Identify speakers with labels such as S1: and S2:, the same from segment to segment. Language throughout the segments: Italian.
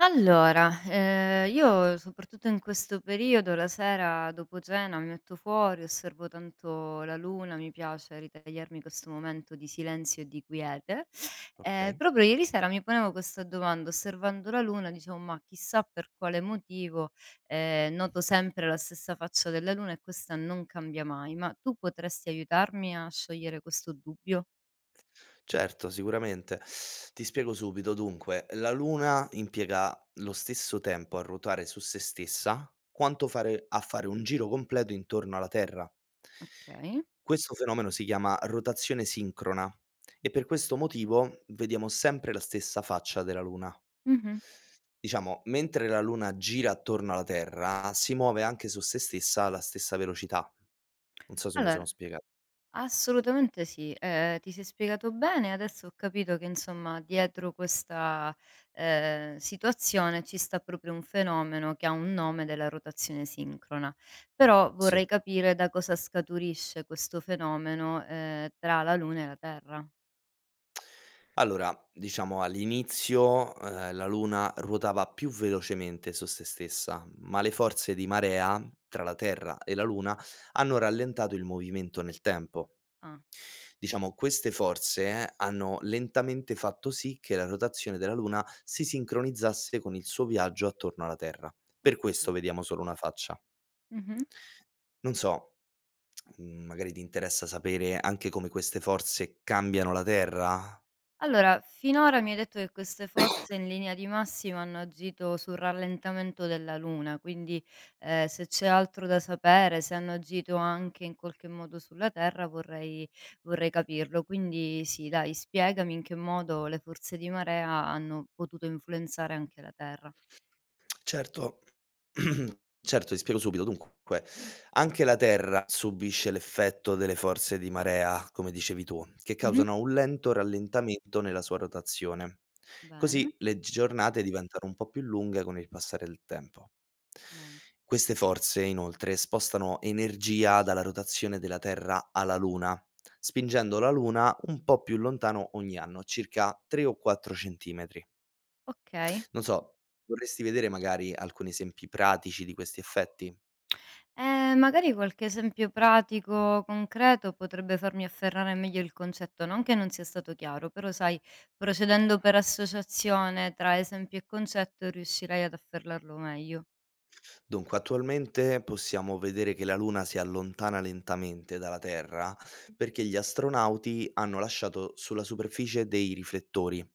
S1: Io soprattutto in questo periodo la sera dopo cena mi metto fuori, osservo tanto la luna, mi piace ritagliarmi questo momento di silenzio e di quiete.
S2: Okay.
S1: Proprio ieri sera mi ponevo questa domanda, osservando la luna dicevo: "Ma chissà per quale motivo, noto sempre la stessa faccia della luna e questa non cambia mai". Ma tu potresti aiutarmi a sciogliere questo dubbio?
S2: Certo, sicuramente. Ti spiego subito. Dunque, la Luna impiega lo stesso tempo a ruotare su se stessa quanto fare a fare un giro completo intorno alla Terra.
S1: Okay.
S2: Questo fenomeno si chiama rotazione sincrona e per questo motivo vediamo sempre la stessa faccia della Luna.
S1: Mh-mh.
S2: Diciamo, mentre la Luna gira attorno alla Terra, si muove anche su se stessa alla stessa velocità. Non so se mi
S1: Allora
S2: sono spiega
S1: Assolutamente sì, ti sei spiegato bene. Adesso ho capito che insomma dietro questa, situazione ci sta proprio un fenomeno che ha un nome della rotazione sincrona. Però
S2: sì.
S1: vorrei capire da cosa scaturisce questo fenomeno, tra la Luna e la Terra.
S2: Allora, diciamo all'inizio, la Luna ruotava più velocemente su se stessa, ma le forze di marea tra la Terra e la Luna hanno rallentato il movimento nel tempo.
S1: Ah,
S2: Diciamo, queste forze hanno lentamente fatto sì che la rotazione della Luna si sincronizzasse con il suo viaggio attorno alla Terra.
S1: ho
S2: Per questo
S1: capito.
S2: vediamo solo una faccia.
S1: Mh-mh.
S2: Non so, magari ti interessa sapere anche come queste forze cambiano la Terra?
S1: Allora, finora mi hai detto che queste forze in linea di massima hanno agito sul rallentamento della Luna, quindi, se c'è altro da sapere, se hanno agito anche in qualche modo sulla Terra vorrei capirlo. Quindi sì, dai, spiegami in che modo le forze di marea hanno potuto influenzare anche la Terra.
S2: Certo, certo, ti spiego subito. Dunque, anche la Terra subisce l'effetto delle forze di marea, come dicevi tu, che
S1: Mh-mh.
S2: causano un lento rallentamento nella sua rotazione.
S1: Bene,
S2: Così le giornate diventano un po' più lunghe con il passare del tempo.
S1: ben
S2: Queste forze, inoltre, spostano energia dalla rotazione della Terra alla Luna, spingendo la Luna un po' più lontano ogni anno, circa 3 o 4 centimetri.
S1: okay.
S2: Non so, vorresti vedere magari alcuni esempi pratici di questi effetti?
S1: Magari qualche esempio pratico, concreto, potrebbe farmi afferrare meglio il concetto, non che non sia stato chiaro, però sai, procedendo per associazione tra esempio e concetto riuscirei ad afferrarlo meglio.
S2: Dunque, attualmente possiamo vedere che la Luna si allontana lentamente dalla Terra perché gli astronauti hanno lasciato sulla superficie dei riflettori.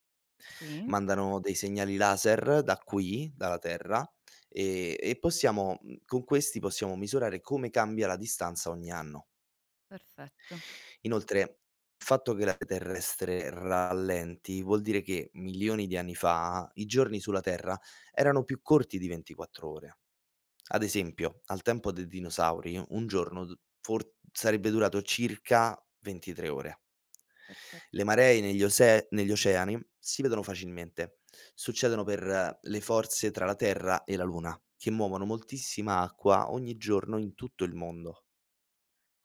S1: Sì,
S2: Mandano dei segnali laser da qui, dalla Terra, e possiamo, con questi possiamo misurare come cambia la distanza ogni anno.
S1: perfetto,
S2: Inoltre, il fatto che la vita terrestre rallenti vuol dire che milioni di anni fa i giorni sulla Terra erano più corti di 24 ore. Ad esempio, al tempo dei dinosauri, un giorno d- for- sarebbe durato circa 23 ore.
S1: perfetto.
S2: Le maree
S1: Chiaro.
S2: negli, ose- negli oceani si vedono facilmente. Succedono per le forze tra la Terra e la Luna, che muovono moltissima acqua ogni giorno in tutto il mondo.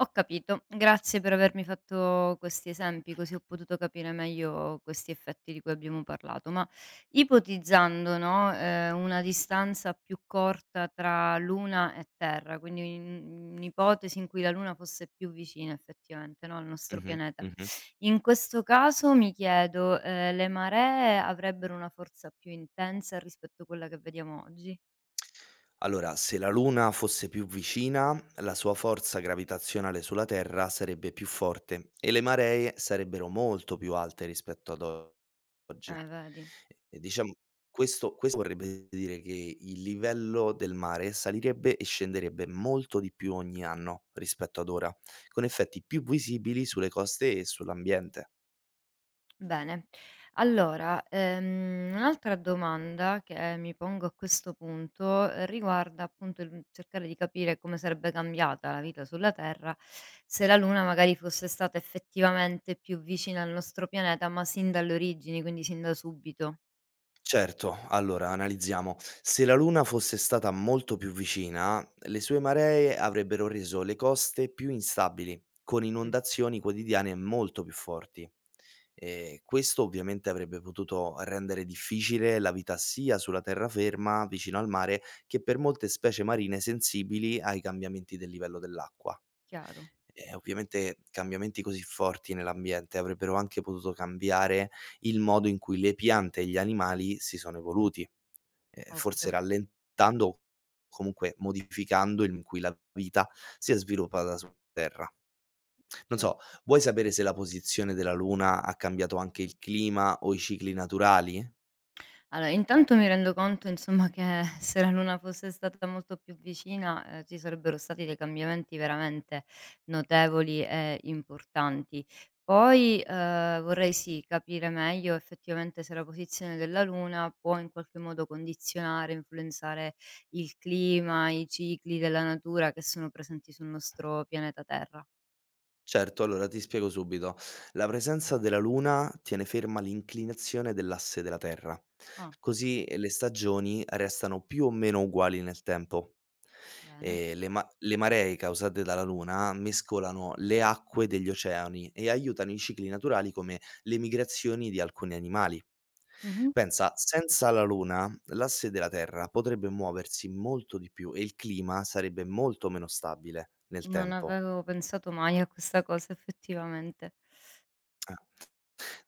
S1: Ho capito, grazie per avermi fatto questi esempi, così ho potuto capire meglio questi effetti di cui abbiamo parlato. Ma ipotizzando, no, una distanza più corta tra Luna e Terra, quindi un'ipotesi in cui la Luna fosse più vicina effettivamente, no, al nostro
S2: Mhm,
S1: pianeta.
S2: mhm.
S1: In questo caso mi chiedo, le maree avrebbero una forza più intensa rispetto a quella che vediamo oggi?
S2: Allora, se la Luna fosse più vicina, la sua forza gravitazionale sulla Terra sarebbe più forte e le maree sarebbero molto più alte oggi.
S1: Vedi.
S2: E diciamo, questo vorrebbe dire che il livello del mare salirebbe e scenderebbe molto di più ogni anno rispetto ad ora, con effetti più visibili sulle coste e sull'ambiente.
S1: Bene. Allora, un'altra domanda che mi pongo a questo punto, riguarda appunto il cercare di capire come sarebbe cambiata la vita sulla Terra se la Luna magari fosse stata effettivamente più vicina al nostro pianeta, ma sin dalle origini, quindi sin da subito.
S2: Certo, allora analizziamo. Se la Luna fosse stata molto più vicina, le sue maree avrebbero reso le coste più instabili, con
S1: Mh,
S2: inondazioni quotidiane molto più forti. E questo ovviamente avrebbe potuto rendere difficile la vita sia sulla terraferma, vicino al mare, che per molte specie marine sensibili ai cambiamenti del livello dell'acqua.
S1: chiaro,
S2: E ovviamente cambiamenti così forti nell'ambiente avrebbero anche potuto cambiare il modo in cui le piante e gli animali si sono evoluti, forse
S1: ovvio.
S2: rallentando o comunque modificando il modo in cui la vita si è sviluppata su terra. Non
S1: Cer
S2: so, vuoi sapere se la posizione della luna ha cambiato anche il clima o i cicli naturali?
S1: Allora, intanto mi rendo conto insomma che se la luna fosse stata molto più vicina, ci sarebbero stati dei cambiamenti veramente notevoli e importanti. Poi, vorrei sì, capire meglio effettivamente se la posizione della luna può in qualche modo condizionare, influenzare il clima, i cicli della natura che sono presenti sul nostro pianeta Terra.
S2: Certo, allora ti spiego subito. La presenza della Luna tiene ferma l'inclinazione dell'asse della Terra,
S1: Ah,
S2: così le stagioni restano più o meno uguali nel tempo.
S1: bene.
S2: Le maree causate dalla Luna mescolano le acque degli oceani e aiutano i cicli naturali come le migrazioni di alcuni animali.
S1: Mh-mh.
S2: Pensa, senza la Luna, l'asse della Terra potrebbe muoversi molto di più e il clima sarebbe molto meno stabile nel
S1: Non
S2: tempo.
S1: avevo pensato mai a questa cosa effettivamente.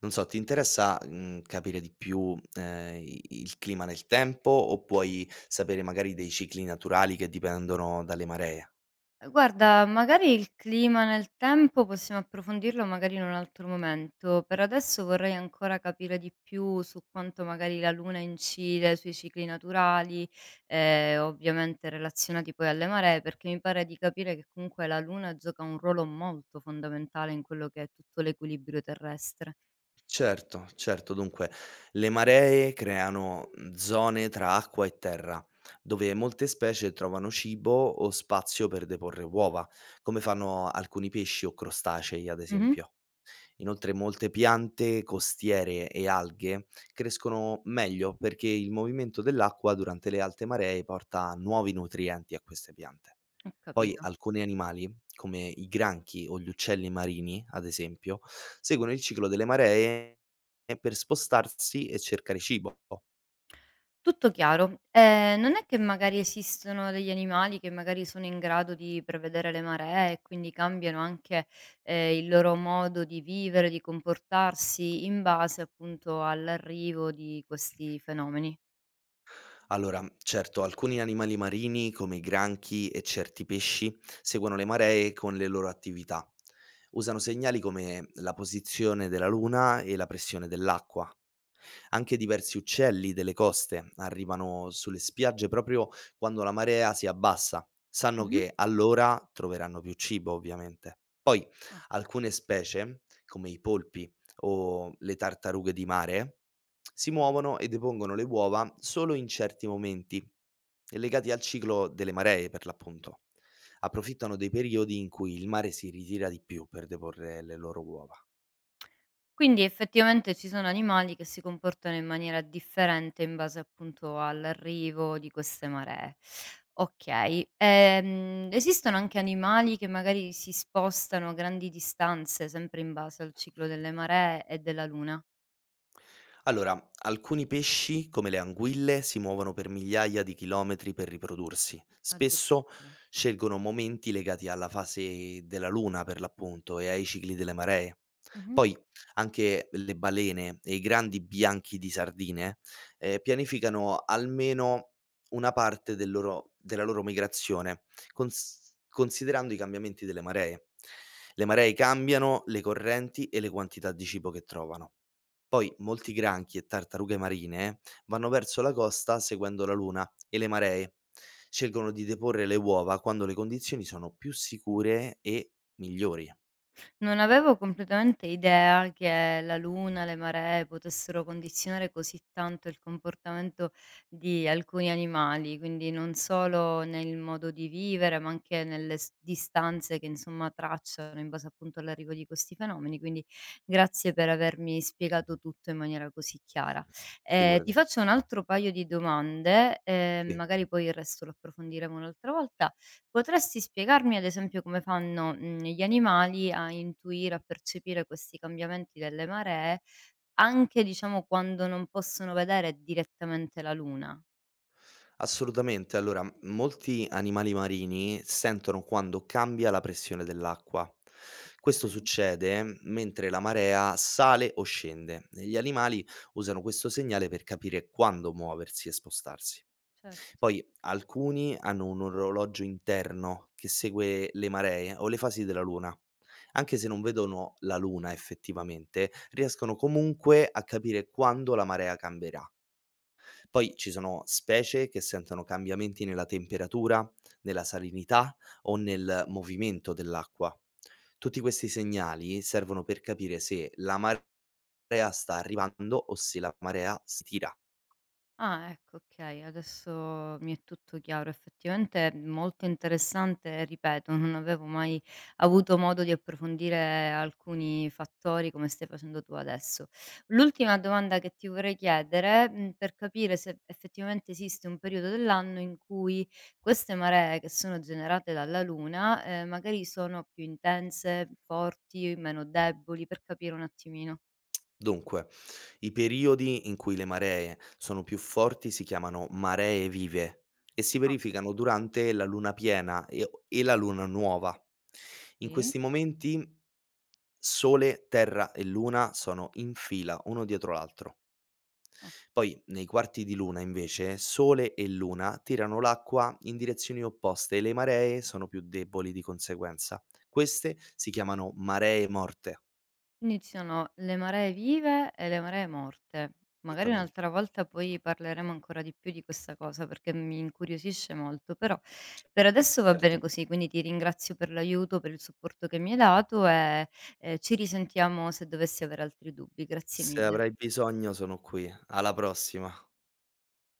S2: Non so, ti interessa, capire di più, i il clima nel tempo o puoi sapere magari dei cicli naturali che dipendono dalle maree?
S1: Guarda, magari il clima nel tempo possiamo approfondirlo magari in un altro momento. Per adesso vorrei ancora capire di più su quanto magari la luna incide sui cicli naturali, ovviamente relazionati poi alle maree, perché mi pare di capire che comunque la luna gioca un ruolo molto fondamentale in quello che è tutto l'equilibrio terrestre.
S2: Certo, certo. Dunque, le maree creano, zone tra acqua e terra, dove molte specie trovano cibo o spazio per deporre uova, come fanno alcuni pesci o crostacei, ad
S1: Mhm,
S2: esempio. Inoltre molte piante costiere e alghe crescono meglio perché il movimento dell'acqua durante le alte maree porta nuovi nutrienti a queste piante.
S1: ho
S2: Poi
S1: capito.
S2: alcuni animali, come i granchi o gli uccelli marini, ad esempio, seguono il ciclo delle maree per spostarsi e cercare cibo.
S1: Tutto chiaro. Non è che magari esistono degli animali che magari sono in grado di prevedere le maree e quindi cambiano anche, il loro modo di vivere, di comportarsi in base appunto all'arrivo di questi fenomeni?
S2: Allora, certo, alcuni animali marini, come i granchi e certi pesci, seguono le maree con le loro attività. Usano segnali come la posizione della luna e la pressione dell'acqua. Anche diversi uccelli delle coste arrivano sulle spiagge proprio quando la marea si abbassa. Sanno
S1: Mh-mh.
S2: che allora troveranno più cibo, ovviamente. Poi alcune specie, come i polpi o le tartarughe di mare, si muovono e depongono le uova solo in certi momenti, legati al ciclo delle maree, per l'appunto. Approfittano dei periodi in cui il mare si ritira di più per deporre le loro uova.
S1: Quindi effettivamente ci sono animali che si comportano in maniera differente in base appunto all'arrivo di queste maree. Okay, esistono anche animali che magari si spostano a grandi distanze sempre in base al ciclo delle maree e della luna?
S2: Allora, alcuni pesci, come le anguille, si muovono per migliaia di chilometri per riprodursi. Spesso
S1: Addirittura.
S2: scelgono momenti legati alla fase della luna, per l'appunto, e ai cicli delle maree.
S1: Mh-mh.
S2: Poi anche le balene e i grandi bianchi di sardine pianificano almeno una parte del loro- della loro migrazione, considerando i cambiamenti delle maree. Le maree cambiano, le correnti e le quantità di cibo che trovano. Poi molti granchi e tartarughe marine vanno verso la costa seguendo la luna e le maree. Scelgono di deporre le uova quando le condizioni sono più sicure e migliori.
S1: Non avevo completamente idea che la luna, le maree potessero condizionare così tanto il comportamento di alcuni animali, quindi non solo nel modo di vivere, ma anche nelle distanze che insomma tracciano in base appunto all'arrivo di questi fenomeni. Quindi grazie per avermi spiegato tutto in maniera così chiara.
S2: Figurati.
S1: Ti faccio un altro paio di domande,
S2: Sì.
S1: magari poi il resto lo approfondiremo un'altra volta. Potresti spiegarmi ad esempio come fanno, gli animali a intuire, a percepire questi cambiamenti delle maree, anche diciamo quando non possono vedere direttamente la luna?
S2: Assolutamente. Allora, molti animali marini sentono quando cambia la pressione dell'acqua. Questo
S1: Okay,
S2: succede mentre la marea sale o scende e gli animali usano questo segnale per capire quando muoversi e spostarsi.
S1: certo.
S2: Poi alcuni hanno un orologio interno che segue le maree o le fasi della luna. Anche se non vedono la luna effettivamente, riescono comunque a capire quando la marea cambierà. Poi ci sono specie che sentono cambiamenti nella temperatura, nella salinità o nel movimento dell'acqua. Tutti questi segnali servono per capire se la marea sta arrivando o se la marea si tira.
S1: Ah, ecco, okay, adesso mi è tutto chiaro. Effettivamente, è molto interessante e ripeto, non avevo mai avuto modo di approfondire alcuni fattori come stai facendo tu adesso. L'ultima domanda che ti vorrei chiedere, per capire se effettivamente esiste un periodo dell'anno in cui queste maree che sono generate dalla luna, magari sono più intense, forti, meno deboli, per capire un attimino.
S2: Dunque, i periodi in cui le maree sono più forti si chiamano maree vive e si
S1: Ah,
S2: verificano durante la luna piena e la luna nuova. In
S1: sì?
S2: questi momenti Sole, Terra e Luna sono in fila uno dietro l'altro.
S1: Ah.
S2: Poi, nei quarti di luna, invece, Sole e Luna tirano l'acqua in direzioni opposte e le maree sono più deboli di conseguenza. Queste si chiamano maree morte.
S1: Iniziano le maree vive e le maree morte. Magari
S2: Esattamente.
S1: un'altra volta poi parleremo ancora di più di questa cosa perché mi incuriosisce molto, però
S2: Sì,
S1: per adesso va bene
S2: certo.
S1: così, quindi ti ringrazio per l'aiuto, per il supporto che mi hai dato e, ci risentiamo se dovessi avere altri dubbi. Grazie
S2: Se
S1: mille.
S2: avrai bisogno sono qui. Alla prossima.